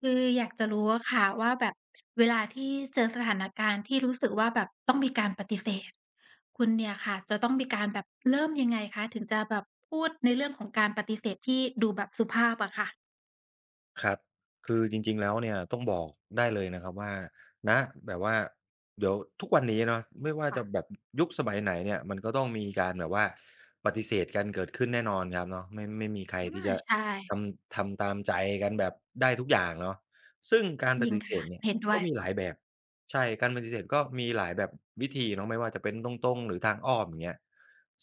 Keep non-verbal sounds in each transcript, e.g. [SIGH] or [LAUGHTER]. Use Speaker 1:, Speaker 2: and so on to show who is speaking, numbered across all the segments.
Speaker 1: คืออยากจะรู้อะค่ะว่าแบบเวลาที่เจอสถานการณ์ที่รู้สึกว่าแบบต้องมีการปฏิเสธคุณเนี่ยค่ะจะต้องมีการแบบเริ่มยังไงคะถึงจะแบบพูดในเรื่องของการปฏิเสธที่ดูแบบสุภาพอะค่ะ
Speaker 2: ครับคือจริงๆแล้วเนี่ยต้องบอกได้เลยนะครับว่าณแบบว่าเดี๋ยวทุกวันนี้เนาะไม่ว่า
Speaker 1: ค่ะ
Speaker 2: จะแบบยุคสมัยไหนเนี่ยมันก็ต้องมีการแบบว่าปฏิเสธกันเกิดขึ้นแน่นอนครับเนาะไม่มีใคร
Speaker 1: อา
Speaker 2: ที่จะ
Speaker 1: ใช่
Speaker 2: ทำตามใจกันแบบได้ทุกอย่างเนาะซึ่งการ
Speaker 1: จ
Speaker 2: ป
Speaker 1: ริง
Speaker 2: ฏิเส
Speaker 1: ค่ะ
Speaker 2: ธเนี่ย
Speaker 1: เห็นด้ว
Speaker 2: ก็
Speaker 1: ย
Speaker 2: มีหลายแบบใช่การปฏิเสธก็มีหลายแบบวิธีเนาะไม่ว่าจะเป็นตรงๆหรือทางอ้อมอย่างเงี้ย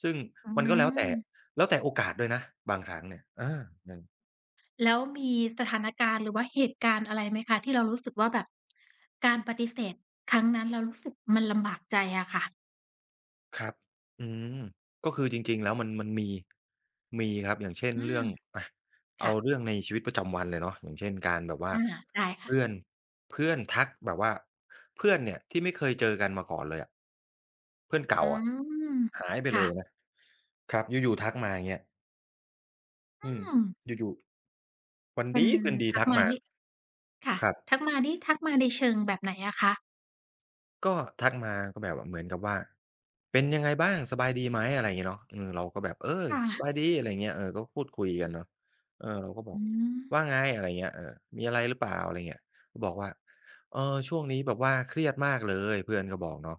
Speaker 2: ซึ่ง
Speaker 1: อื
Speaker 2: มันก็แล้วแต่
Speaker 1: ม
Speaker 2: แล้วแต่โอกาสด้วยนะบางครั้งเนี่ยมัน
Speaker 1: แล้วมีสถานการณ์หรือว่าเหตุการณ์อะไรไหมคะที่เรารู้สึกว่าแบบการปฏิเสธครั้งนั้นเรารู้สึกมันลำบากใจอะค่ะ
Speaker 2: ครับอืมก็คือจริงๆ แล้วมันมีมีครับอย่างเช่น
Speaker 1: อา
Speaker 2: เรื่องอะ
Speaker 1: ค่ะ
Speaker 2: เอาเรื่องในชีวิตประจำวันเลยเนาะอย่างเช่นการแบบว่า
Speaker 1: อาได้ค่ะ
Speaker 2: เพื่อนเพื่อนทักแบบว่าเพื่อนเนี่ยที่ไม่เคยเจอกันมาก่อนเลยอะเพื่อน
Speaker 1: อื
Speaker 2: เก่าอะ
Speaker 1: ม
Speaker 2: หายไปเล
Speaker 1: ค่ะ
Speaker 2: ยนะครับอยู่ๆทักมาอย่างเงี้ย
Speaker 1: อื
Speaker 2: อืม
Speaker 1: ม
Speaker 2: อยู่ๆวัน
Speaker 1: เป็น
Speaker 2: ดีคืนดี
Speaker 1: ทัก
Speaker 2: ทัก
Speaker 1: มา
Speaker 2: มา
Speaker 1: นี่ค่ะ
Speaker 2: ครับ
Speaker 1: ทักมานี่ทักมาในเชิงแบบไหนอะคะ
Speaker 2: ก็ทักมาก็แบบเหมือนกับว่าเป็นยังไงบ้างสบายดีไหมอะไรอย่างเงี้ยเนาะเออเราก็แบบเออ
Speaker 1: ค่ะ
Speaker 2: สบายดีอะไรอย่างเงี้ยเออก็พูดคุยกันเนาะเออเราก็บอก
Speaker 1: อืม
Speaker 2: ว่าไงอะไรอย่างเงี้ยเออมีอะไรหรือเปล่าอะไรอย่างเงี้ยก็บอกว่าเออช่วงนี้แบบว่าเครียดมากเลยเพื่อนก็บอกเนาะ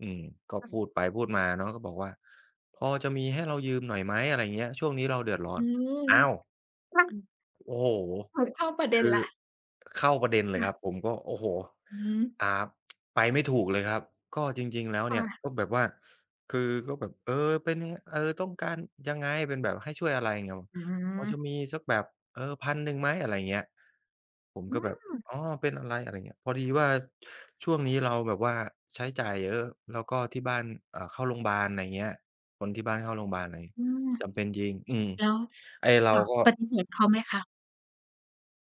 Speaker 2: อืมก็พูด
Speaker 1: ค่ะ
Speaker 2: ไปพูดมาเนาะก็บอกว่าพอจะมีให้เรายืมหน่อยไหมอะไรอย่างเงี้ยช่วงนี้เราเดือดร้อ
Speaker 1: อื
Speaker 2: น
Speaker 1: ม
Speaker 2: อ้าว
Speaker 1: ค่ะอ
Speaker 2: โอ้โฮ
Speaker 1: เปิดเข้าประเด็น
Speaker 2: คือ
Speaker 1: แล้ว
Speaker 2: เข้าประเด็นเลยครับ
Speaker 1: ค่ะ
Speaker 2: ผมก็โอ้โฮ
Speaker 1: อืม
Speaker 2: อ่าไปไม่ถูกเลยครับ ก็จริงๆแล้วเนี่ยก็
Speaker 1: ค่ะ
Speaker 2: แบบว่าคือก็แบบเออเป็นยังไงเออต้องการยังไงเป็นแบบให้ช่วยอะไรอย่างเงี้ย
Speaker 1: อื
Speaker 2: พอจะมี
Speaker 1: ม
Speaker 2: สักแบบเออพันหนึ่งไหมอะไรอย่างเงี้ยผม
Speaker 1: อื
Speaker 2: ก็แบบ
Speaker 1: ม
Speaker 2: อ๋อเป็นอะไรอะไรเงี้ยพอดีว่าช่วงนี้เราแบบว่าใช้จ่ายเยอะแล้วก็ที่บ้านเข้าโรงพยาบาลอะไรเงี้ยคนที่บ้านเข้าโรงพยาบาลอะไร
Speaker 1: อืม
Speaker 2: จำเป็นจริง อืม
Speaker 1: แล้ว
Speaker 2: ไอ้เรา
Speaker 1: ค่ะ
Speaker 2: ก็
Speaker 1: ปฏิเสธเขาไหมคะ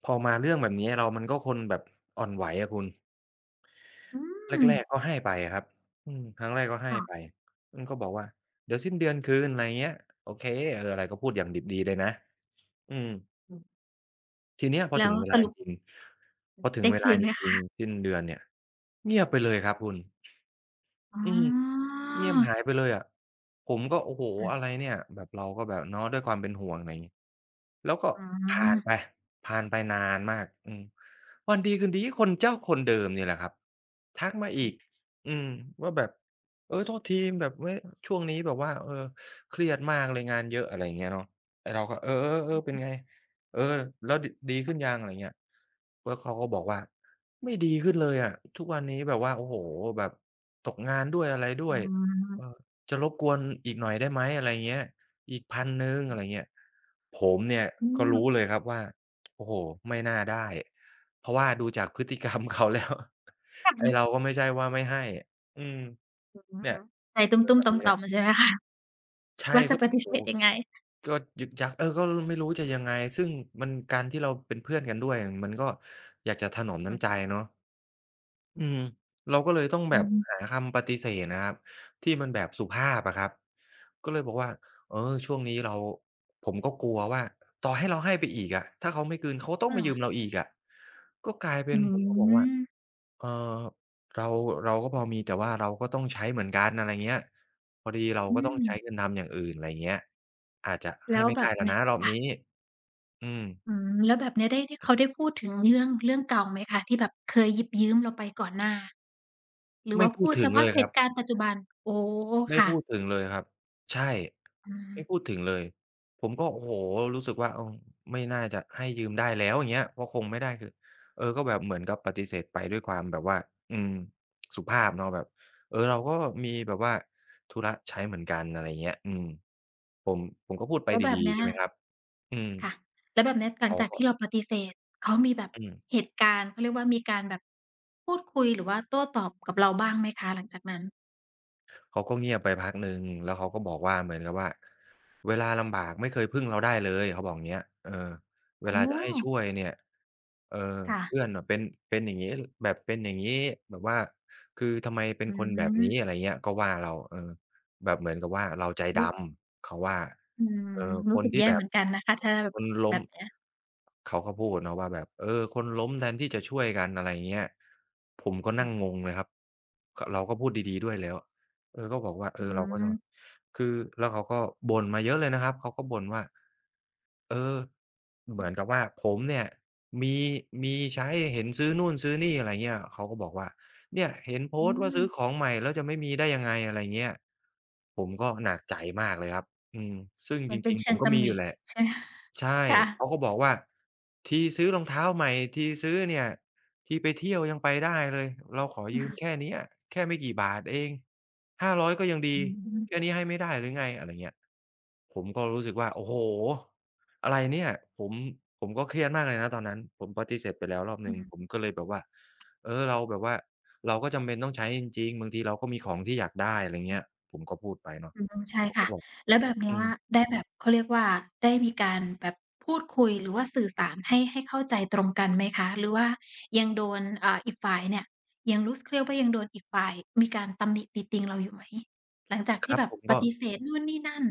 Speaker 2: พอมาเรื่องแบบนี้เรามันก็คนแบบอ่อนไหวอะคุณ
Speaker 1: อืม
Speaker 2: แรกๆก็ให้ไปอะครับอืมครั้งแรกก็ให้
Speaker 1: ค่ะ
Speaker 2: ไปอันก็บอกว่าเดี๋ยวสิ้นเดือนคืนอะไรเงี้ยโอเคเอออะไรก็พูดอย่างดิบดีเลยนะอืม
Speaker 1: อืม
Speaker 2: ทีเนี้ยพอ
Speaker 1: แล้
Speaker 2: ถึ
Speaker 1: ว
Speaker 2: งเว
Speaker 1: ส
Speaker 2: ลาจ
Speaker 1: รุป
Speaker 2: ริงๆพอถึง
Speaker 1: ได้
Speaker 2: เว
Speaker 1: คื
Speaker 2: ลา
Speaker 1: น
Speaker 2: จ
Speaker 1: ไหม
Speaker 2: ริง
Speaker 1: คะ
Speaker 2: ๆสิ้นเดือนเนี่ยเงียบไปเลยครับคุณ
Speaker 1: อ๋
Speaker 2: อืม
Speaker 1: อ
Speaker 2: เงียบหายไปเลยอะผมก็โอ้โฮอะไร
Speaker 1: ค่ะ
Speaker 2: เนี่ยแบบเราก็แบบเนาะด้วยความเป็นห่วงอะไรงี้แล้วก็
Speaker 1: อ๋
Speaker 2: ผ่าน
Speaker 1: อ
Speaker 2: ไปผ่านไปนานมากอืมวันดีคืนดีคนเจ้าคนเดิมเนี่ยแหละครับทักมาอีกอืมว่าแบบเออโทษทีแบบไม่ช่วงนี้แบบว่าเออเครียดมากเลยงานเยอะอะไรอย่างเงี้ยเนาะไอ้เราก็เออๆๆเป็นไงเออแล้วดดีขึ้นยังอะไรเงี้ยแล้วเขาก็บอกว่าไม่ดีขึ้นเลยอะทุกวันนี้แบบว่าโอ้โฮแบบตกงานด้วยอะไรด้
Speaker 1: อื
Speaker 2: วย เออ
Speaker 1: ม
Speaker 2: จะรบกวนอีกหน่อยได้ไหมอะไรเงี้ยอีกพัน0 0งอะไรเงี้ยผมเนี่ย
Speaker 1: อื
Speaker 2: ก็
Speaker 1: ม
Speaker 2: รู้เลยครับว่าโอ้โฮไม่น่าได้เพราะว่าดูจากพฤติกรรมเขาแล้ว
Speaker 1: แบบ
Speaker 2: [LAUGHS] ไอ้
Speaker 1: มัน
Speaker 2: เราก็ไม่ใช่ว่าไม่ให้อืม
Speaker 1: อือ
Speaker 2: เนี่ย
Speaker 1: ฮึใจ
Speaker 2: เป็น
Speaker 1: ตุ้
Speaker 2: แบบ
Speaker 1: ม
Speaker 2: นี้
Speaker 1: ๆ
Speaker 2: แห
Speaker 1: ต่อ
Speaker 2: ละ
Speaker 1: มๆใช่ไหมคะ
Speaker 2: ใช่
Speaker 1: ว่าจะ
Speaker 2: ก็
Speaker 1: ปฏิ
Speaker 2: โอ้
Speaker 1: เส
Speaker 2: โฮ
Speaker 1: ธยังไง
Speaker 2: ก็ยึกยักเออก็ไม่รู้จะยังไงซึ่งมันการที่เราเป็นเพื่อนกันด้วยมันก็อยากจะถนอมน้ำใจ
Speaker 1: ค่ะ
Speaker 2: เนาะอืมเราก็เลยต้องแบ
Speaker 1: อื
Speaker 2: บ
Speaker 1: ม
Speaker 2: หาคำปฏิเสธนะครับที่มันแบบสุภาพอะครับ ก็เลยบอกว่าเออช่วงนี้เราผมก็กลัวว่าต่อให้เราให้ไปอีกอะถ้าเขาไม่คืนเขาก็ต้อง
Speaker 1: อา
Speaker 2: มายืมเราอีกอะก็กลายเป็
Speaker 1: อื
Speaker 2: นผมก็บอกว่า
Speaker 1: ม
Speaker 2: เออเราเราก็พอมีแต่ว่าเราก็ต้องใช้เหมือนกันอะไรเงี้ยพอดีเรา
Speaker 1: อื
Speaker 2: ก็ต้อง
Speaker 1: ม
Speaker 2: ใช้เงินทำอย่างอื่นไรเงี้ยอาจจะให้
Speaker 1: แล้ว
Speaker 2: ไม่
Speaker 1: แบ
Speaker 2: ได้
Speaker 1: บ
Speaker 2: แล้ว
Speaker 1: เนี่
Speaker 2: นะ
Speaker 1: ย
Speaker 2: รอบ
Speaker 1: ค่ะ
Speaker 2: นี้อืม
Speaker 1: อืมแล้วแบบเนี้ยได้ได้เขาได้พูดถึงเรื่องเก่าไหมคะที่แบบเคยหยิบยืมเราไปก่อนหน้าหรือ
Speaker 2: ไม่
Speaker 1: ว่า
Speaker 2: พู
Speaker 1: พู
Speaker 2: ด
Speaker 1: ดเฉ
Speaker 2: ถึงเล
Speaker 1: พาะ
Speaker 2: ย
Speaker 1: เห
Speaker 2: ครับ
Speaker 1: ตุการณ์ปัจจุบันโอ้
Speaker 2: ไม่
Speaker 1: ค่ะ
Speaker 2: พูดถึงเลยครับใช่
Speaker 1: อืม
Speaker 2: ไม่พูดถึงเลยผมก็โอ้โฮรู้สึกว่าเออไม่น่าจะให้ยืมได้แล้วอย่างเงี้ยก็คงไม่ได้คือเออก็แบบเหมือนกับปฏิเสธไปด้วยความแบบว่าอืมสุภาพเนาะแบบเออเราก็มีแบบว่าธุระใช้เหมือนกันอะไรอย่างเงี้ยอืมผมผมก็พูดไป
Speaker 1: แล้วแบ
Speaker 2: ดี
Speaker 1: บ
Speaker 2: ๆ
Speaker 1: เนี้ย
Speaker 2: ใช่ไหมครับอืม
Speaker 1: ค่ะแล้วแบบเนี้ยหลัง
Speaker 2: เขา
Speaker 1: จาก
Speaker 2: ก็
Speaker 1: ที่เราปฏิเสธเขามีแบบ
Speaker 2: อื
Speaker 1: เห
Speaker 2: ม
Speaker 1: ตุการณ์เขาเรียกว่ามีการแบบพูดคุยหรือว่าโต้ตอบกับเราบ้างไหมคะหลังจากนั้น
Speaker 2: เขาก็เงียบไปพักหนึ่งแล้วเขาก็บอกว่าเหมือนกับว่าเวลาลำบากไม่เคยพึ่งเราได้เลยเขาบอกอย่างเงี้ยเออ
Speaker 1: โอ
Speaker 2: เวลาจะให้ช่
Speaker 1: ้
Speaker 2: วยเนี่ยเอ่อ
Speaker 1: ค่ะ
Speaker 2: เพื่อนน่ะเป็นอย่างงี้แบบเป็นอย่างงี้แบบว่าคือทำไมเป็น
Speaker 1: อื
Speaker 2: คนแบบนี้อะไร
Speaker 1: ม
Speaker 2: เงี้ยก็ว่าเราเออแบบเหมือนกับว่าเราใจด
Speaker 1: รู้
Speaker 2: ำเขาว่า
Speaker 1: อืม
Speaker 2: เออค
Speaker 1: รู้
Speaker 2: น
Speaker 1: สึก
Speaker 2: ที่
Speaker 1: แย่
Speaker 2: แบ
Speaker 1: เห
Speaker 2: บ
Speaker 1: มือนกันนะคะถ้า
Speaker 2: ค
Speaker 1: แบบ
Speaker 2: นล้
Speaker 1: แบ
Speaker 2: ม
Speaker 1: บเนี้ย
Speaker 2: เขาก็พูดเนาะว่าแบบเออคนล้มแทนที่จะช่วยกันอะไรอย่างเงี้ยผมก็
Speaker 1: อื
Speaker 2: นั่งง
Speaker 1: ม
Speaker 2: งเลยครับขเราก็พูดดีๆด้วยแล้ว เออก็บอกว่าเอ
Speaker 1: อื
Speaker 2: อเราก็
Speaker 1: ม
Speaker 2: ต้องคือแล้วเขาก็บ่นมาเยอะเลยนะครับเขาก็บ่นว่าเออเหมือนกับว่าผมเนี่ยมีมีใช้เห็นซื้อนู่นซื้อนี่อะไรเงี้ยเขาก็บอกว่าเนี่ยเห็นโพ
Speaker 1: อื
Speaker 2: สต์ว่า
Speaker 1: ม
Speaker 2: ซื้อของใหม่แล้วจะไม่มีได้ยังไงอะไรเงี้ยผมก็หนักใจมากเลยครับอืมซึ่ง
Speaker 1: เหมื
Speaker 2: จ
Speaker 1: อนเป็น
Speaker 2: ริงๆผ
Speaker 1: เชิง
Speaker 2: มก็
Speaker 1: ตำ
Speaker 2: มี
Speaker 1: ห
Speaker 2: อ
Speaker 1: นิ
Speaker 2: ยู่แหละ
Speaker 1: ใช่
Speaker 2: ใช่
Speaker 1: [LAUGHS] ค่ะ
Speaker 2: เขาก็บอกว่าทีซื้อรองเท้าใหม่ทีซื้อเนี่ยทีไปเที่ยวยังไปได้เลยเราขอยืมแค่เนี้ยแค่ไม่กี่บาทเอง 500ก็ยังดี
Speaker 1: อื
Speaker 2: แค่
Speaker 1: ม
Speaker 2: นี้ให้ไม่ได้หรือไงอะไรเงี้ย ผมก็รู้สึกว่าโอ้โฮอะไรเนี่ย ผมผมก็เครียดมากเลยนะตอนนั้น ผมปฏิเสธไปแล้วรอบห
Speaker 1: อื
Speaker 2: นึ่ง ผม
Speaker 1: ม
Speaker 2: ก็เลยแบบว่า เออเราแบบว่าเราก็จำเป็นต้องใช้จริงๆบางทีเราก็มีของที่อยากได้อะไรเงี้ย ผมก็พูดไปเนาะ
Speaker 1: อืมใช่
Speaker 2: เขาก็
Speaker 1: ค่ะ
Speaker 2: บอก
Speaker 1: แล้วแบบเนี้
Speaker 2: อื
Speaker 1: ย
Speaker 2: ม
Speaker 1: ได้แบบเขาเรียกว่าได้มีการแบบพูดคุยหรือว่าสื่อสารให้เข้าใจตรงกันไหมคะหรือว่ายังโดนอ่าอีกฝ่ายเนี่ยยังรู้สึกเรียกว่ายังโดนอีกฝ่ายมีการตำหนิติติงเราอยู่ไหมหลังจาก
Speaker 2: ค
Speaker 1: ที่
Speaker 2: รับ
Speaker 1: แบบ
Speaker 2: ผม
Speaker 1: ป
Speaker 2: ก็
Speaker 1: ฏิเสธนู่นนี่นั่น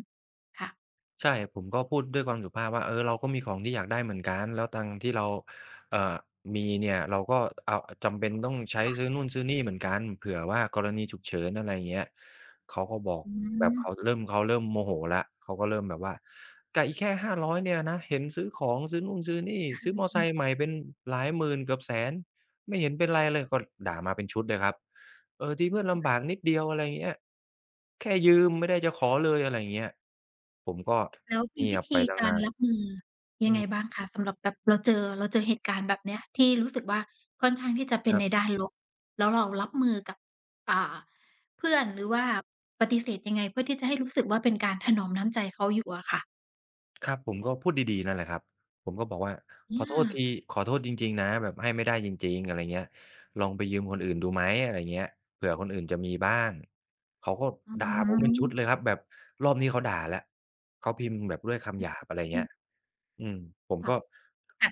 Speaker 1: ค่ะ
Speaker 2: ใช่ผมก็พูดด้วยความสุภาพว่าเออเราก็มีของที่อยากได้เหมือนกันแล้วตังค์ที่เราเอ่อมีเนี่ยเราก็เอาจำเป็นต้องใช้ซื้อนู่นซื้อนี่เหมือนกันเผื่อว่ากรณีฉุกเฉินอะไรอย่างเงี้ยเขาก็บอก
Speaker 1: อื
Speaker 2: แบบ
Speaker 1: ม
Speaker 2: เขาเริ่มโมโหแล้วเขาก็เริ่มแบบว่ากับอีกแค่ห้าร้อยเนี่ยนะเห็นซื้อของซื้อนู่นซื้อนี่ซื้อมอไซค์ใหม่เป็นหลายหมื่นเกือบแสนไม่เห็นเป็นไรเลยก็ด่ามาเป็นชุดเลยครับ เออที่เพื่อนลำบากนิดเดียวอะไรอย่างเงี้ยแค่ยืมไม่ได้จะขอเลยอะไรอย่างเงี้ยผมก็
Speaker 1: แล้วมี
Speaker 2: เงีย
Speaker 1: วิ
Speaker 2: บไป
Speaker 1: ธี
Speaker 2: ตั้ง
Speaker 1: การ
Speaker 2: นาน
Speaker 1: รับมือยั
Speaker 2: อื
Speaker 1: งไง
Speaker 2: ม
Speaker 1: บ้างคะสำหรับแบบเราเจอเหตุการณ์แบบเนี้ยที่รู้สึกว่าค่อนข้างที่จะ
Speaker 2: ค
Speaker 1: เป็น
Speaker 2: รั
Speaker 1: ในด้า
Speaker 2: บ
Speaker 1: นลบแล้วเรารับมือกับอ่าเพื่อนหรือว่าปฏิเสธยังไงเพื่อที่จะให้รู้สึกว่าเป็นการถนอมน้ำใจเขาอยู่อะค่ะ
Speaker 2: ครับผมก็พูดดีๆนั่นแหละครับผมก็บอกว่า
Speaker 1: อ
Speaker 2: ขอโทษ
Speaker 1: า
Speaker 2: ทีขอโทษจริงๆนะแบบให้ไม่ได้จริงๆอะไรเงี้ยลองไปยืมคนอื่นดูไหมอะไรเงี้ยเผื่อคนอื่นจะมีบ้างเขาก็
Speaker 1: อื
Speaker 2: ด่าผมเป็นชุดเล
Speaker 1: ม
Speaker 2: ยครับแบบรอบนี้เขาด่าแล้วเขาพิมพ์แบบด้วยคำหยาบอะไรเงี้ยอืมผม
Speaker 1: ค่ะ
Speaker 2: ก็
Speaker 1: ค่ะ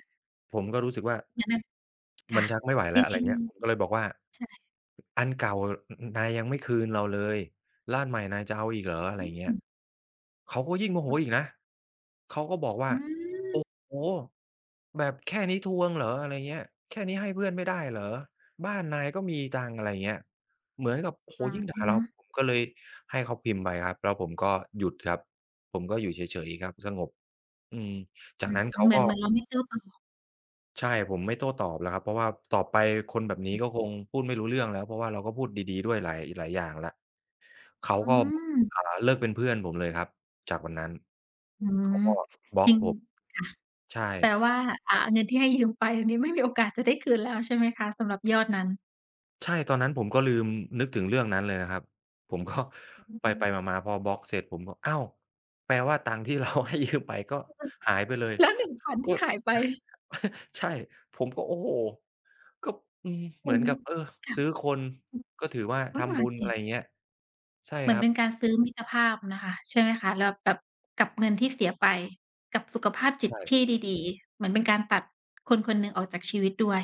Speaker 2: ผมก็รู้สึกว่า
Speaker 1: งั้นน่ะ
Speaker 2: มั
Speaker 1: ค่ะ
Speaker 2: นชักไม่ไหว
Speaker 1: จ
Speaker 2: แล้วอะไร
Speaker 1: ริง
Speaker 2: เงี้ยผมก็เลยบอกว่า
Speaker 1: ๆใช่
Speaker 2: อันเก่านนายยังไม่คืนเราเลยแล้วอันใหม่นายจะเอาอีกเหรออะ
Speaker 1: อ
Speaker 2: ไรเงี้
Speaker 1: ื
Speaker 2: ย
Speaker 1: ม
Speaker 2: เขาก็ยิ่งโมโหอีก
Speaker 1: ค่ะ
Speaker 2: นะเขาก็บอกว่า
Speaker 1: อืม
Speaker 2: โอ้โฮแบบแค่นี้ทวงเหรออะไรเงี้ยแค่นี้ให้เพื่อนไม่ได้เหรอบ้านนายก็มีตังค์อะไรเงี้ยเหมือนกับโอ้โฮ
Speaker 1: อะ
Speaker 2: ยิ่งด่าเรา
Speaker 1: ฮะ
Speaker 2: ผมก็เลยให้เขาพิมพ์ไปครับแล้วผมก็หยุดครับผมก็อยู่เฉยๆครับสงบอืม
Speaker 1: อื
Speaker 2: จาก
Speaker 1: ม
Speaker 2: นั้นเขา
Speaker 1: เหมือ
Speaker 2: ก็
Speaker 1: นเหมือนเราไม่โต้ตอบ
Speaker 2: ใช่ผมไม่โต้ตอบแล้วครับเพราะว่าต่อไปคนแบบนี้ก็คงพูดไม่รู้เรื่องแล้วเพราะว่าเราก็พูดดีๆด้วยหลายหลายอย่างแล้วเขา
Speaker 1: อื
Speaker 2: ก็อ่า
Speaker 1: ม
Speaker 2: เลิกเป็นเพื่อนผมเลยครับจากวันนั้น
Speaker 1: อื
Speaker 2: เขา
Speaker 1: ม
Speaker 2: ก็บล็อ
Speaker 1: จ
Speaker 2: ก
Speaker 1: ริง
Speaker 2: ผม
Speaker 1: ค่ะ
Speaker 2: ใช่
Speaker 1: แปลว่าอ่าเงินที่ให้ยืมไปอันนี้ไม่มีโอกาสจะได้คืนแล้วใช่ไหมคะสำหรับยอดนั้น
Speaker 2: ใช่ตอนนั้นผมก็ลืมนึกถึงเรื่องนั้นเลยนะครับผมก็
Speaker 1: อือ
Speaker 2: ไป
Speaker 1: ฮึ
Speaker 2: ๆมาๆพอบล็อกเสร็จผมก็อ้าวแปลว่าตังค์ที่เรา [LAUGHS] ให้ยืมไปก็หายไปเลย
Speaker 1: แล้ว1,000
Speaker 2: ก็
Speaker 1: ที่หายไป
Speaker 2: [LAUGHS] ใช่ผมก็โอ้โฮก็อืมเห
Speaker 1: มั
Speaker 2: มือ
Speaker 1: น
Speaker 2: นกับเออ
Speaker 1: ค่ะ
Speaker 2: ซื้อคนก็ถือว่า
Speaker 1: น้อยก
Speaker 2: ทำ
Speaker 1: ว่า
Speaker 2: บุญ
Speaker 1: จริ
Speaker 2: อะ
Speaker 1: ง
Speaker 2: ไรอย่างเงี้ยใช่
Speaker 1: เหมื
Speaker 2: ค
Speaker 1: อน
Speaker 2: รับ
Speaker 1: เป็นการซื้อมิตรภาพนะคะใช่ไหมคะแล้วแบบกับเงินที่เสียไปกับสุขภาพจิตที่
Speaker 2: ใช่
Speaker 1: ดีๆเหมือนเป็นการตัดคนคนหนึ่งออกจากชีวิตด้วย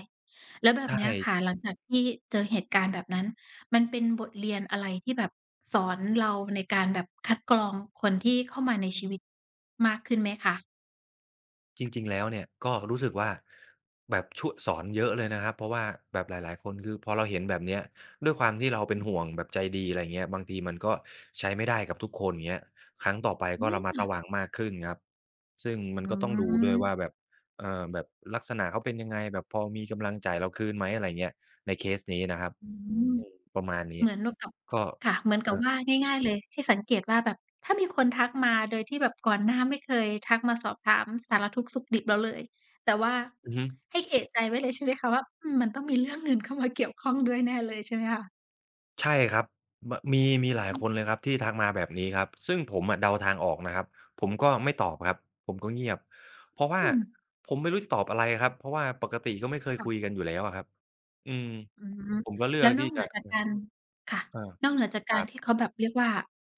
Speaker 1: แล้วแบ
Speaker 2: ใช
Speaker 1: บเนี้ยค่ะ
Speaker 2: ่
Speaker 1: หลังจากที่เจอเหตุการณ์แบบนั้นมันเป็นบทเรียนอะไรที่แบบสอนเราในการแบบคัดกรองคนที่เข้ามาในชีวิตมากขึ้นไหมคะ
Speaker 2: จริงๆแล้วเนี่ยก็รู้สึกว่าแบบช่วยสอนเยอะเลยนะครับเพราะว่าแบบหลายๆคนคือพอเราเห็นแบบเนี้ยด้วยความที่เราเป็นห่วงแบบใจดีอะไรเงี้ยบางทีมันก็ใช้ไม่ได้กับทุกคนเงี้ยครั้งต่อไป
Speaker 1: อื
Speaker 2: ก็ระ
Speaker 1: ม
Speaker 2: มัดระวังมากขึ้นครับซึ่งมัน
Speaker 1: อื
Speaker 2: ก็ต้องดูด้วย
Speaker 1: ม
Speaker 2: ว่าแบบแบบลักษณะเขาเป็นยังไงแบบพอมีกำลังจ่ายเราคืนไหมอะไรเงี้ยในเคสนี้นะครับ
Speaker 1: อืม
Speaker 2: อืมประมาณนี้
Speaker 1: เหมือนกับ
Speaker 2: ก็
Speaker 1: ค่ะเหมือนกั
Speaker 2: อ่
Speaker 1: บว่าง่ายๆเลยให้สังเกตว่าแบบถ้ามีคนทักมาโดยที่แบบก่อนหน้าไม่เคยทักมาสอบถามสารทุกข์สุขดิบเราเลยแต่ว่า
Speaker 2: อือฮึ
Speaker 1: ให้เอะใจไว้เลยใช่ไหมคะว่าอืมมันต้องมีเรื่องเงินเข้ามาเกี่ยวข้องด้วยแน่เลยใช่ไหมคะ
Speaker 2: ใช่ครับมมีมีหลาย
Speaker 1: อื
Speaker 2: ค
Speaker 1: ม
Speaker 2: นเลยครับที่ทักมาแบบนี้ครับซึ่งผมอะเดาทางออกนะครับผมก็ไม่ตอบครับผมก็เงียบเพราะว่าผมไม่รู้จะตอบอะไรครับเพราะว่าปกติก็ไม่เคยคุย
Speaker 1: ค่ะ
Speaker 2: กันอยู่แล้วอะครับอืม
Speaker 1: อือฮึ
Speaker 2: ผมก็เลือ
Speaker 1: แล้
Speaker 2: ก
Speaker 1: วน
Speaker 2: ที่
Speaker 1: อกเห
Speaker 2: จะ
Speaker 1: นือจา
Speaker 2: เอ
Speaker 1: ก
Speaker 2: อ
Speaker 1: การค่ะ
Speaker 2: เออ
Speaker 1: นอกเหนือจาก
Speaker 2: ค
Speaker 1: กา
Speaker 2: รั
Speaker 1: ร
Speaker 2: บ
Speaker 1: ที่เขาแบบเรียกว่า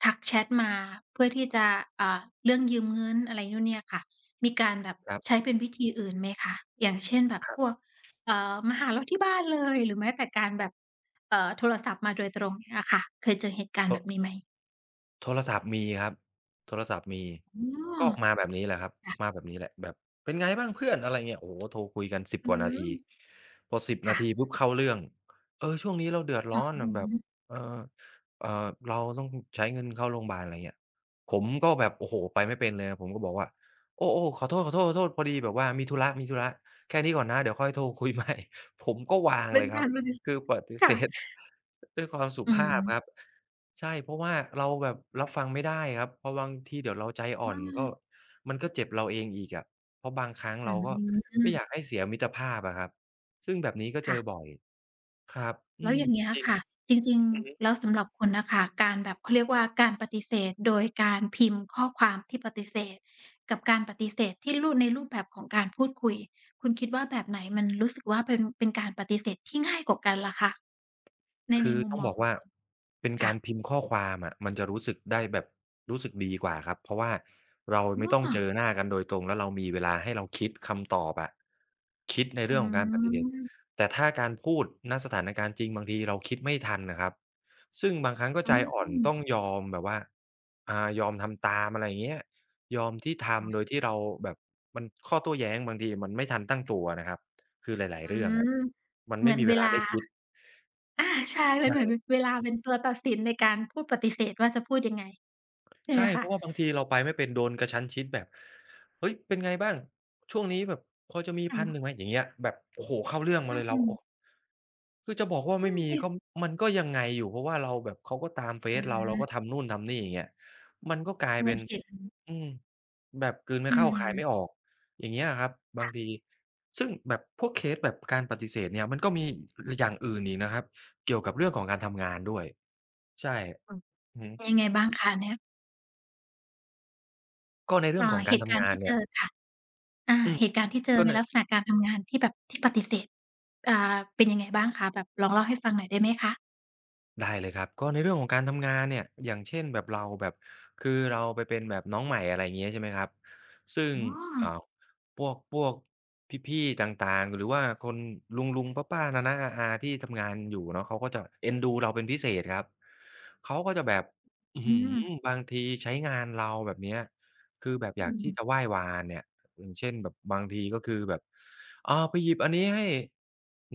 Speaker 1: ทักแชตมาเพื่อที่จะอ่าเรื่องยืมเงินอะไรนู่นเนี่ยค่ะมีการแบบ
Speaker 2: ครั
Speaker 1: ใช้
Speaker 2: บ
Speaker 1: เป็นวิธีอื่นไหมคะอย่างเช่นแบบ
Speaker 2: ครั
Speaker 1: พวก
Speaker 2: บ
Speaker 1: มาหาเราที่บ้านเลยหรือแม้แต่การแบบโทรศัพท์มาโดยตรงอย่างเงี้ยค่ะเคยเจอเหตุการ
Speaker 2: ค
Speaker 1: ณ์
Speaker 2: รั
Speaker 1: แบ
Speaker 2: บ
Speaker 1: บนี้
Speaker 2: พ
Speaker 1: ไหม
Speaker 2: โทรศัพท์มีครับโทรศัพท์มี
Speaker 1: อ๋อ
Speaker 2: ก็มาแบบนี้แหละครับมา
Speaker 1: ค่ะ
Speaker 2: แบบนี้แหละแบบเป็นไงบ้างเพื่อนอะไรเงี้ยโอ้โฮโทรคุยกันสิบ
Speaker 1: อื
Speaker 2: กว่านา
Speaker 1: ม
Speaker 2: ทีพอสิบนา
Speaker 1: ค่ะ
Speaker 2: ทีปุ๊บเข้าเรื่องเออช่วงนี้เราเดือด
Speaker 1: อื
Speaker 2: ร้
Speaker 1: อ
Speaker 2: อน
Speaker 1: ฮึ
Speaker 2: อะแบบเออเอ่อเราต้องใช้เงินเข้าโรงบาลอะไรเงี้ยผมก็แบบโอ้โฮไปไม่เป็นเลยผมก็บอกว่าโอ้ๆขอโทษๆๆพอดีแบบว่ามีธุระๆแค่นี้ก่อนนะเดี๋ยวค่อยโทรคุยใหม่ [LAUGHS] ผมก็วาง
Speaker 1: เป็
Speaker 2: เล
Speaker 1: น
Speaker 2: ยครั
Speaker 1: กา
Speaker 2: บ
Speaker 1: รปฏิส
Speaker 2: คือปฏิเส
Speaker 1: ค่ะ
Speaker 2: ธ [LAUGHS] ด้วยความสุ
Speaker 1: อืม
Speaker 2: ภาพครับ ใช่เพราะว่าเราแบบรับฟังไม่ได้ครับเพราะบางทีเดี๋ยวเราใจอ่อ
Speaker 1: อา
Speaker 2: นก็มันก็เจ็บเราเองอีกอะเพราะบางครั้ง
Speaker 1: อื
Speaker 2: เราก็ไม่อยาก
Speaker 1: ม
Speaker 2: ให้เสียมิตรภาพอะครับซึ่งแบบนี้ก็เจอ
Speaker 1: ค่ะ
Speaker 2: บ่อยครับอื
Speaker 1: แล้ว
Speaker 2: ม
Speaker 1: อย่างเงี้ย
Speaker 2: จริง
Speaker 1: ค่ะจริง
Speaker 2: อือฮึ
Speaker 1: ๆแล้วสำหรับคุณน่ะค่ะการแบบเขาเรียกว่าการปฏิเสธโดยการพิมพ์ข้อความที่ปฏิเสธกับการปฏิเสธที่รูปในรูปแบบของการพูดคุยคุณคิดว่าแบบไหนมันรู้สึกว่าเป็นการปฏิเสธที่ง่ายกว่ากันล่ะคะใน
Speaker 2: คือ
Speaker 1: มุม
Speaker 2: ต้อ
Speaker 1: ม
Speaker 2: ง
Speaker 1: อ
Speaker 2: บ
Speaker 1: ง
Speaker 2: อก
Speaker 1: ของ
Speaker 2: ว่า
Speaker 1: คุณ
Speaker 2: เป็น
Speaker 1: ค่ะ
Speaker 2: การพิมพ์ข้อความอะมันจะรู้สึกได้แบบรู้สึกดีกว่าครับเพราะว่าเราไม่
Speaker 1: อ้อ
Speaker 2: ต้องเจอหน้ากันโดยตรงแล้วเรามีเวลาให้เราคิดคำตอบอะคิดใน
Speaker 1: อื
Speaker 2: เรื่องของการปฏิเสธ
Speaker 1: ม
Speaker 2: แต่ถ้าการพูดณสถานการณ์จริงบางทีเราคิดไม่ทันน่ะครับซึ่งบางครั้งก็
Speaker 1: อื
Speaker 2: ใจอ่อน
Speaker 1: ม
Speaker 2: ต้อง
Speaker 1: อ
Speaker 2: ยอมแบบว่ายอมทำตามอะไรอย่างเงี้ยยอมที่ทำโดยที่เราแบบมันข้อโต้แย้งบางทีมันไม่ทันตั้งตัวนะครับคือหลายๆ
Speaker 1: ื
Speaker 2: เรื่องอะ
Speaker 1: ม
Speaker 2: มัน
Speaker 1: เหมื
Speaker 2: ไม่
Speaker 1: อน
Speaker 2: มี
Speaker 1: เว
Speaker 2: เวลา
Speaker 1: ลา
Speaker 2: ได้คิด
Speaker 1: อาใช่มันเหมือน
Speaker 2: ใช่
Speaker 1: เวลาเป็นตัวตัดสินในการพูดปฏิเสธว่าจะพูดยังไงใช่ไห
Speaker 2: ใช่
Speaker 1: ม
Speaker 2: เพ
Speaker 1: คะ
Speaker 2: ราะว่าบางทีเราไปไม่เป็นโดนกระชั้นชิดแบบเฮ้ยเป็นไงบ้างช่วงนี้แบบพอจะมี
Speaker 1: อื
Speaker 2: พันหนึ่งไหม
Speaker 1: ม
Speaker 2: อย่างเงี้ยแบบโอ้โฮเข้าเรื่องมา
Speaker 1: อื
Speaker 2: เลยเรา
Speaker 1: ม
Speaker 2: โอ้คือจะบอกว่า
Speaker 1: อื
Speaker 2: ไม่
Speaker 1: ม
Speaker 2: มี
Speaker 1: อือ
Speaker 2: ก็มันก็ยังไงอยู่เพราะว่าเราแบบเขาก็ตามเฟ
Speaker 1: อื
Speaker 2: ซเราเราก็
Speaker 1: ม
Speaker 2: ทำนู่นทำนี่อย่างเงี้ยมันก็กลาย
Speaker 1: เหมื
Speaker 2: เป็
Speaker 1: อน
Speaker 2: น
Speaker 1: เห็น
Speaker 2: อืมแบบกลืนไม่
Speaker 1: อื
Speaker 2: เข้าคายไม่อ
Speaker 1: ม
Speaker 2: อกอย่างเงี้ยครับบาง
Speaker 1: ค่ะ
Speaker 2: ทีซึ่งแบบพวกเคสแบบการปฏิเสธเนี่ยมันก็มีออย่างอื่นอีกนะครับเกี่ยวกับเรื่องของการทำงานด้วยใช่
Speaker 1: อืม
Speaker 2: อือฮึ
Speaker 1: เป็นยังไงบ้างคะเนี่ย
Speaker 2: ก็ในเรื่องของ
Speaker 1: เห
Speaker 2: การ
Speaker 1: ตุกา
Speaker 2: ทำ
Speaker 1: รณ์
Speaker 2: งาน
Speaker 1: ที่เจ
Speaker 2: เนี่ย
Speaker 1: อค่ะอา
Speaker 2: อืม
Speaker 1: เหตุการณ์ที่เจอ
Speaker 2: ก็
Speaker 1: ใน
Speaker 2: เนี่ย
Speaker 1: ลักษณะการทำงานที่แบบที่ปฏิเสธอ่าเป็นยังไงบ้างคะแบบลองเล่าให้ฟังหน่อยได้ไหมคะ
Speaker 2: ได้เลยครับก็ในเรื่องของการทำงานเนี่ยอย่างเช่นแบบเราแบบคือเราไปเป็นแบบน้องใหม่อะไรอย่างเงี้ยใช่ไหมครับซึ่ง
Speaker 1: อ๋อ
Speaker 2: อ่าพวกพี่ๆต่างๆหรือว่าคนลุงๆป้าๆน้าๆอาๆที่ทำงานอยู่เนาะเขาก็จะเอ็นดูเราเป็นพิเศษครับเขาก็จะแบบอื้อ
Speaker 1: อื
Speaker 2: ฮือ
Speaker 1: ม
Speaker 2: บางทีใช้งานเราแบบเนี้ยคือแบบอยา
Speaker 1: อื
Speaker 2: ก
Speaker 1: ม
Speaker 2: ที่จะไหว้วานเนี่ยอย่างเช่นแบบบางทีก็คือแบบอาไปหยิบอันนี้ให้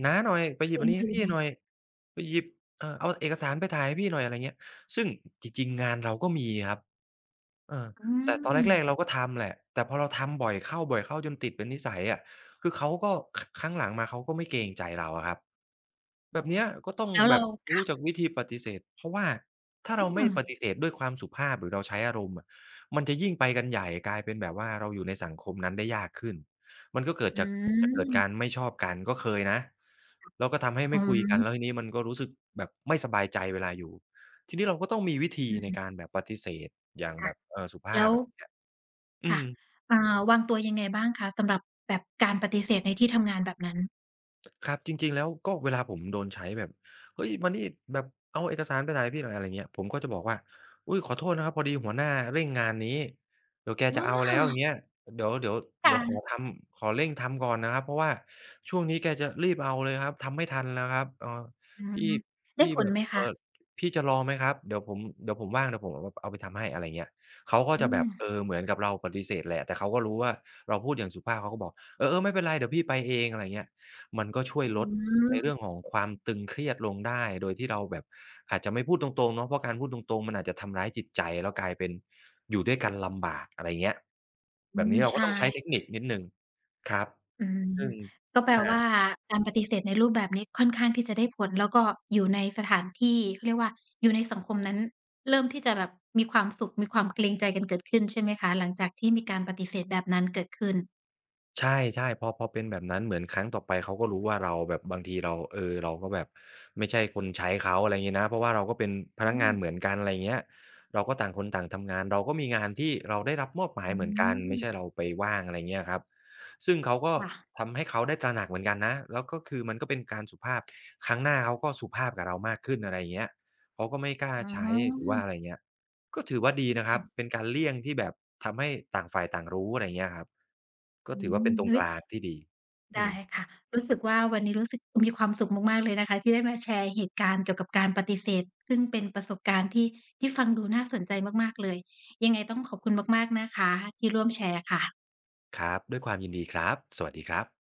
Speaker 2: น้าหน่อยไปหยิบ
Speaker 1: เป็
Speaker 2: อั
Speaker 1: น
Speaker 2: นนี้
Speaker 1: อ
Speaker 2: ให้
Speaker 1: ยู่
Speaker 2: พี่หน่อยไปหยิบ เออเอาเอกสารไปถ่ายให้พี่หน่อยอะไรเงี้ยซึ่งจริงๆงานเราก็มีครับเออ
Speaker 1: อื
Speaker 2: แต่ตอน
Speaker 1: ม
Speaker 2: แรกๆเราก็ทำแหละแต่พอเราทำบ่อยเข้าๆจนติดเป็นนิสัยอะคือเขาก็คครั้งหลังมาเขาก็ไม่เกรงใจเราอะครับ แบบ
Speaker 1: ค่ะ
Speaker 2: เนี้ยก็ต้อง
Speaker 1: แล้ว
Speaker 2: แบ
Speaker 1: เรา
Speaker 2: บรู้จั
Speaker 1: ค่ะ
Speaker 2: กวิธีปฏิเสธเพราะว่าถ้า
Speaker 1: อื
Speaker 2: เราไม่
Speaker 1: ม
Speaker 2: ปฏิเสธด้วยความสุภาพหรือเราใช้อารมณ์อะมันจะยิ่งไปกันใหญ่กลายเป็นแบบว่าเราอยู่ในสังคมนั้นได้ยากขึ้นมันก็เกิด
Speaker 1: อื
Speaker 2: จากจะเกิดการ
Speaker 1: ม
Speaker 2: ไม่ชอบกันก็เคยนะแล้วก็ทำให้
Speaker 1: อ๋
Speaker 2: ไม่คุยกันแล้ว
Speaker 1: อ
Speaker 2: ทีนี้มันก็รู้สึกแบบไม่สบายใจเวลาอยู่ทีนี้เราก็ต้องมีวิธี
Speaker 1: อื
Speaker 2: ในกา
Speaker 1: ม
Speaker 2: รแบบปฏิเสธอย่าง
Speaker 1: ค่ะ
Speaker 2: แบบสุภา
Speaker 1: แล้
Speaker 2: พ
Speaker 1: ว
Speaker 2: อะไรอย่างเงี้ยอื
Speaker 1: ค่ะ
Speaker 2: ม
Speaker 1: อ่าวางตัวยังไงบ้างคะสำหรับแบบการปฏิเสธในที่ทำงานแบบนั้น
Speaker 2: ครับจริงๆแล้วก็เวลาผมโดนใช้แบบเฮ้ยมานี่แบบเอาเอกสารไปถ่ายให้พี่หน่อยอะไรเงี้ยผมก็จะบอกว่าอุ๊ยขอโทษนะครับพอดีหัวหน้าเร่งงานนี้เดี๋ยวแก
Speaker 1: อ
Speaker 2: จะเอาแล้วอย่าง
Speaker 1: า
Speaker 2: เงี้ยเดี๋ยวเดี๋ยวขอ
Speaker 1: ค่ะ
Speaker 2: ทำขอเร่งทำก่อนนะครับเพราะว่าช่วงนี้แกจะรีบเอาเลยครับทำไม่ทันแล้วครับเอ่อ
Speaker 1: อืม
Speaker 2: พี่
Speaker 1: ได้ผ
Speaker 2: แบ
Speaker 1: ล
Speaker 2: บ
Speaker 1: ไหมคะ
Speaker 2: เอ่อพี่จะรอไหมครับเดี๋ยวผมว่างเดี๋ยวผมเอาไปทำให้อะไรเงี้ยเขาก็
Speaker 1: อื
Speaker 2: จะแบ
Speaker 1: ม
Speaker 2: บเออเหมือนกับเราปฏิเสธแหละแต่เขาก็รู้ว่าเราพูดอย่างสุภาพเขาก็บอกเออๆไม่เป็นไรเดี๋ยวพี่ไปเองอะไรเงี้ย มันก็ช่วย
Speaker 1: อื
Speaker 2: ลดใน
Speaker 1: ม
Speaker 2: เรื่องของความตึงเครียดลงได้โดยที่เราแบบอาจจะไม่พูดตรงๆเนาะเพราะการพูดตรงๆมันอาจจะทำร้ายจิตใจแล้วกลายเป็นอยู่ด้วยกันลำบากอะไรเงี้ย
Speaker 1: อื
Speaker 2: แบบ
Speaker 1: ม
Speaker 2: นี้เราก็
Speaker 1: ใช่
Speaker 2: ต้องใช้เทคนิคนิดหนึ่งครับ
Speaker 1: อืม
Speaker 2: ซึ่ง
Speaker 1: ก็แปลว่า
Speaker 2: อา
Speaker 1: การปฏิเสธในรูปแบบนี้ค่อนข้างที่จะได้ผลแล้วก็อยู่ในสถานที่เขาเรียกว่าอยู่ในสังคมนั้นเริ่มที่จะแบบมีความสุขมีความเกรงใจกันเกิดขึ้นใช่ไหมคะหลังจากที่มีการปฏิเสธแบบนั้นเกิดขึ้น
Speaker 2: ใช่ๆพอเป็นแบบนั้นเหมือนครั้งต่อไปเขาก็รู้ว่าเราแบบบางทีเราเออเราก็แบบไม่ใช่คนใช้เขาอะไรงี้นะเพราะว่าเราก็เป็นพนัก
Speaker 1: อื
Speaker 2: งาน
Speaker 1: ม
Speaker 2: เหมือนกันอะไรเงี้ยเราก็ต่างคนต่างทำงานเราก็มีงานที่เราได้รับมอบหมาย
Speaker 1: อื
Speaker 2: เหมือนกันไม่ใช่
Speaker 1: ม
Speaker 2: เราไปว่างอะไรเงี้ยครับซึ่งเขาก็
Speaker 1: ค่ะ
Speaker 2: ทำให้เขาได้ตระหนักเหมือนกันนะแล้วก็คือมันก็เป็นการสุภาพครั้งหน้าเขาก็สุภาพกับเรามากขึ้นอะไรเงี้ยเขาก็ไม่กล้า
Speaker 1: อ๋
Speaker 2: ใช้หรือ
Speaker 1: อ
Speaker 2: ว่าอะไรเงี้ย ก็ถือว่าดีนะครับ
Speaker 1: ค่ะ
Speaker 2: เป็นการเลี่ยงที่แบบทำให้ต่างฝ่ายต่างรู้อะไรเงี้ยครับ ก็
Speaker 1: อื
Speaker 2: ถือว่าเป็
Speaker 1: ม
Speaker 2: นตรง
Speaker 1: อุ๊
Speaker 2: ก
Speaker 1: ย
Speaker 2: ลางที่ดีอื
Speaker 1: ได้
Speaker 2: ม
Speaker 1: ค่ะรู้สึกว่าวันนี้รู้สึกมีความสุขมากๆเลยนะคะที่ได้มาแชร์เหตุการณ์เกี่ยวกับการปฏิเสธซึ่งเป็นประสบการณ์ที่ที่ฟังดูน่าสนใจมากๆเลยยังไงต้องขอบคุณมากๆนะคะที่ร่วมแชร์ค่ะ
Speaker 2: ครับ ด้วยความยินดีครับ สวัสดีครับ